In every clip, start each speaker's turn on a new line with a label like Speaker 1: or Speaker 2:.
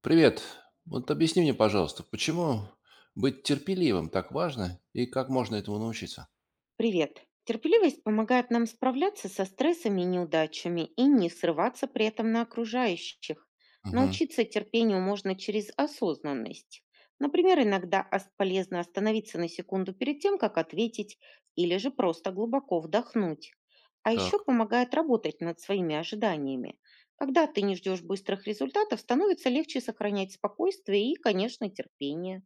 Speaker 1: Привет. Вот объясни мне, пожалуйста, почему быть терпеливым так важно и как можно этому научиться?
Speaker 2: Привет! Терпеливость помогает нам справляться со стрессами и неудачами и не срываться при этом на окружающих.
Speaker 1: Угу.
Speaker 2: Научиться терпению можно через осознанность. Например, иногда полезно остановиться на секунду перед тем, как ответить, или же просто глубоко вдохнуть. А еще
Speaker 1: Так,
Speaker 2: помогает работать над своими ожиданиями. Когда ты не ждешь быстрых результатов, становится легче сохранять спокойствие и, конечно, терпение.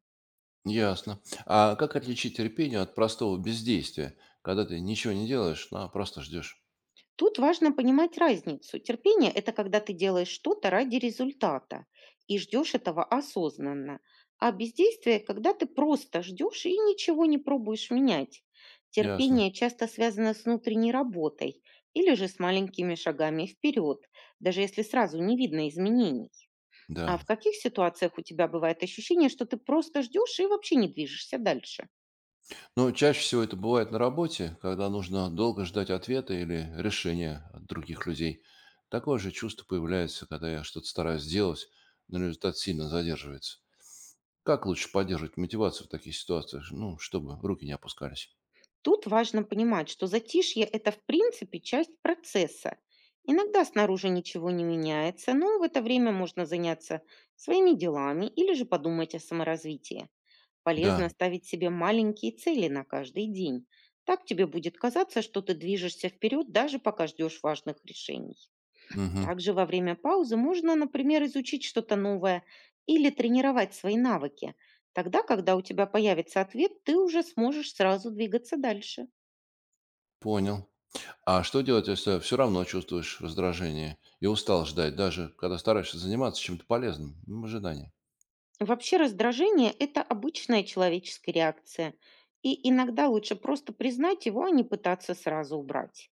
Speaker 1: ясно. А как отличить терпение от простого бездействия, когда ты ничего не делаешь, а просто ждешь?
Speaker 2: Тут важно понимать разницу. Терпение– это когда ты делаешь что-то ради результата и ждешь этого осознанно. А бездействие– когда ты просто ждешь и ничего не пробуешь менять.
Speaker 1: Ясно.
Speaker 2: Терпение часто связано с внутренней работой или же с маленькими шагами вперед, даже если сразу не видно изменений. А в
Speaker 1: Да.
Speaker 2: каких ситуациях у тебя бывает ощущение, что ты просто ждешь и вообще не движешься дальше?
Speaker 1: Но чаще всего это бывает на работе, когда нужно долго ждать ответа или решения от других людей. Такое же чувство появляется, когда я что-то стараюсь сделать, но результат сильно задерживается. Как лучше поддерживать мотивацию в таких ситуациях, ну, чтобы руки не опускались?
Speaker 2: Тут важно понимать, что затишье– это в принципе часть процесса. Иногда снаружи ничего не меняется, но в это время можно заняться своими делами или же подумать о саморазвитии. Полезно
Speaker 1: Да,
Speaker 2: ставить себе маленькие цели на каждый день. Так тебе будет казаться, что ты движешься вперед, даже пока ждешь важных решений.
Speaker 1: мгм,
Speaker 2: Также во время паузы можно, например, изучить что-то новое или тренировать свои навыки. Тогда, когда у тебя появится ответ, ты уже сможешь сразу двигаться дальше.
Speaker 1: понял. А что делать, если все равно чувствуешь раздражение и устал ждать, даже когда стараешься заниматься чем-то полезным, ожидание?
Speaker 2: Вообще раздражение– это обычная человеческая реакция, и иногда лучше просто признать его, а не пытаться сразу убрать.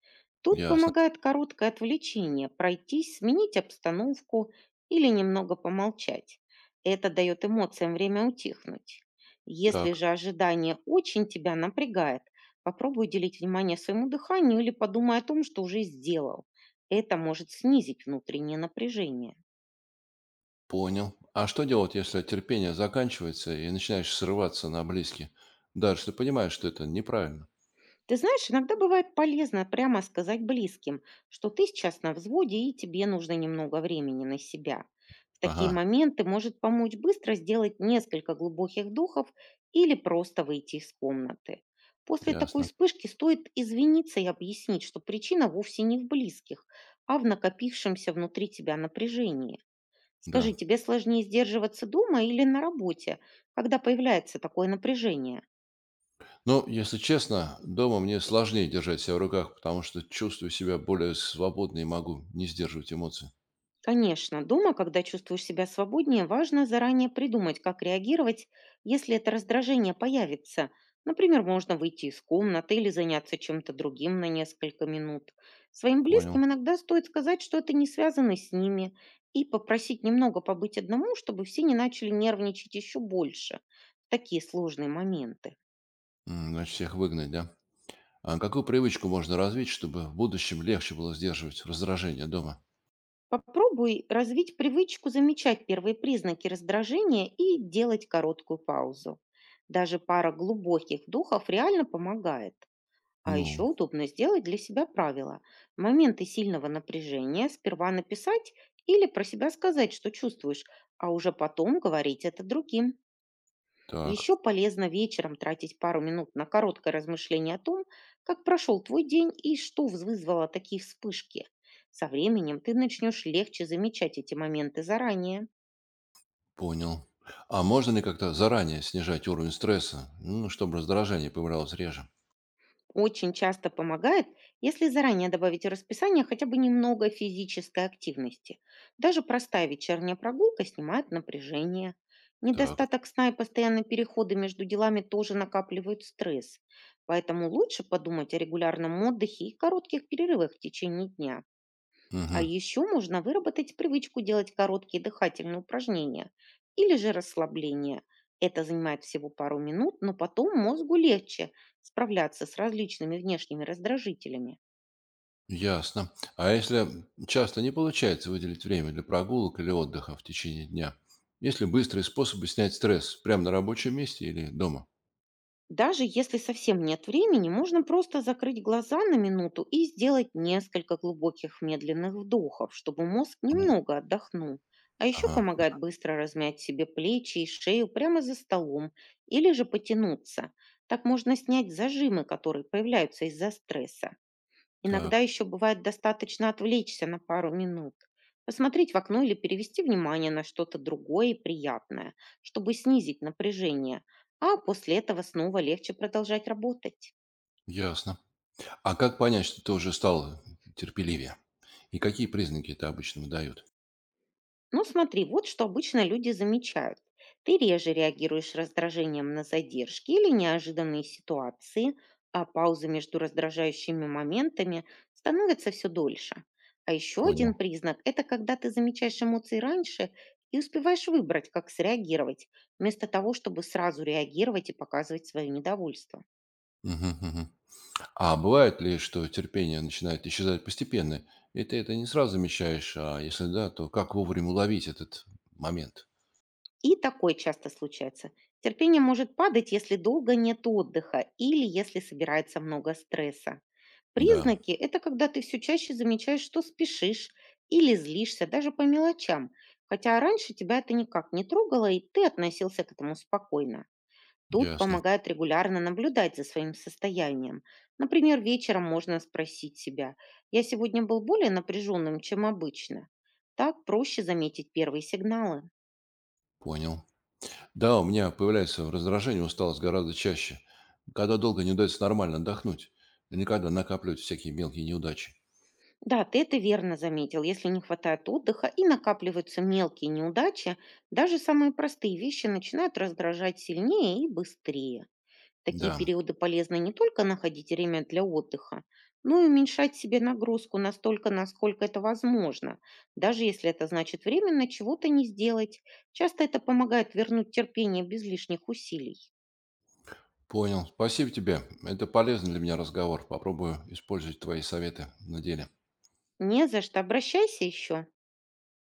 Speaker 2: Тут
Speaker 1: Ясно.
Speaker 2: помогает короткое отвлечение– пройтись, сменить обстановку или немного помолчать. Это дает эмоциям время утихнуть. Если
Speaker 1: Так,
Speaker 2: же ожидание очень тебя напрягает, попробуй уделить внимание своему дыханию или подумай о том, что уже сделал. Это может снизить внутреннее напряжение.
Speaker 1: понял. А что делать, если терпение заканчивается и начинаешь срываться на близких, даже если понимаешь, что это неправильно?
Speaker 2: Ты знаешь, иногда бывает полезно прямо сказать близким, что ты сейчас на взводе и тебе нужно немного времени на себя. В
Speaker 1: Ага,
Speaker 2: такие моменты может помочь быстро сделать несколько глубоких духов или просто выйти из комнаты. После такой
Speaker 1: ясно.
Speaker 2: вспышки стоит извиниться и объяснить, что причина вовсе не в близких, а в накопившемся внутри тебя напряжении. Скажи,
Speaker 1: Да.
Speaker 2: тебе сложнее сдерживаться дома или на работе, когда появляется такое напряжение?
Speaker 1: Ну, если честно, дома мне сложнее держать себя в руках, потому что чувствую себя более свободно и могу не сдерживать эмоции.
Speaker 2: Конечно, дома, когда чувствуешь себя свободнее, важно заранее придумать, как реагировать, если это раздражение появится. Например, можно выйти из комнаты или заняться чем-то другим на несколько минут. Своим
Speaker 1: Понял.
Speaker 2: близким иногда стоит сказать, что это не связано с ними, и попросить немного побыть одному, чтобы все не начали нервничать еще больше в такие сложные моменты.
Speaker 1: Значит, всех выгнать, да? А какую привычку можно развить, чтобы в будущем легче было сдерживать раздражение дома?
Speaker 2: Попробуй развить привычку замечать первые признаки раздражения и делать короткую паузу. Даже пара глубоких духов реально помогает. А еще
Speaker 1: Ну,
Speaker 2: удобно сделать для себя правило. В моменты сильного напряжения сперва написать или про себя сказать, что чувствуешь, а уже потом говорить это другим.
Speaker 1: так,
Speaker 2: Еще полезно вечером тратить пару минут на короткое размышление о том, как прошел твой день и что вызвало такие вспышки. Со временем ты начнешь легче замечать эти моменты заранее.
Speaker 1: понял. А можно ли как-то заранее снижать уровень стресса, ну, чтобы раздражение появлялось реже?
Speaker 2: Очень часто помогает, если заранее добавить в расписание хотя бы немного физической активности. Даже простая вечерняя прогулка снимает напряжение.
Speaker 1: Так.
Speaker 2: Недостаток сна и постоянные переходы между делами тоже накапливают стресс. Поэтому лучше подумать о регулярном отдыхе и коротких перерывах в течение дня. А
Speaker 1: Мгм.
Speaker 2: еще можно выработать привычку делать короткие дыхательные упражнения или же расслабление. Это занимает всего пару минут, но потом мозгу легче справляться с различными внешними раздражителями.
Speaker 1: Ясно. А если часто не получается выделить время для прогулок или отдыха в течение дня? Есть ли быстрые способы снять стресс прямо на рабочем месте или дома?
Speaker 2: Даже если совсем нет времени, можно просто закрыть глаза на минуту и сделать несколько глубоких медленных вдохов, чтобы мозг
Speaker 1: М,
Speaker 2: немного отдохнул. А еще
Speaker 1: Ага,
Speaker 2: помогает быстро размять себе плечи и шею прямо за столом или же потянуться. Так можно снять зажимы, которые появляются из-за стресса. Иногда
Speaker 1: так,
Speaker 2: еще бывает достаточно отвлечься на пару минут, посмотреть в окно или перевести внимание на что-то другое и приятное, чтобы снизить напряжение, а после этого снова легче продолжать работать.
Speaker 1: ясно. А как понять, что ты уже стал терпеливее? И какие признаки это обычно выдают?
Speaker 2: Ну смотри, вот что обычно люди замечают. Ты реже реагируешь раздражением на задержки или неожиданные ситуации, а паузы между раздражающими моментами становятся все дольше. А еще один
Speaker 1: Понял.
Speaker 2: признак– это когда ты замечаешь эмоции раньше и успеваешь выбрать, как среагировать, вместо того, чтобы сразу реагировать и показывать свое недовольство.
Speaker 1: Мгм, мгм. А бывает ли, что терпение начинает исчезать постепенно, и ты это не сразу замечаешь, а если да, то как вовремя уловить этот момент?
Speaker 2: И такое часто случается. Терпение может падать, если долго нет отдыха или если собирается много стресса.
Speaker 1: Да,
Speaker 2: Признаки– это когда ты все чаще замечаешь, что спешишь или злишься даже по мелочам, хотя раньше тебя это никак не трогало, и ты относился к этому спокойно. Тут
Speaker 1: ясно,
Speaker 2: помогает регулярно наблюдать за своим состоянием. Например, вечером можно спросить себя, «Я сегодня был более напряженным, чем обычно?» Так проще заметить первые сигналы.
Speaker 1: понял. Да, у меня появляется раздражение, усталость гораздо чаще, когда долго не удается нормально отдохнуть, или когда накапливаются всякие мелкие неудачи.
Speaker 2: Да, ты это верно заметил. Если не хватает отдыха и накапливаются мелкие неудачи, даже самые простые вещи начинают раздражать сильнее и быстрее. Такие
Speaker 1: Да,
Speaker 2: периоды полезно не только находить время для отдыха, но и уменьшать себе нагрузку настолько, насколько это возможно, даже если это значит временно чего-то не сделать. Часто это помогает вернуть терпение без лишних усилий.
Speaker 1: понял. Спасибо тебе. Это полезный для меня разговор. Попробую использовать твои советы на деле.
Speaker 2: Не за что, обращайся еще.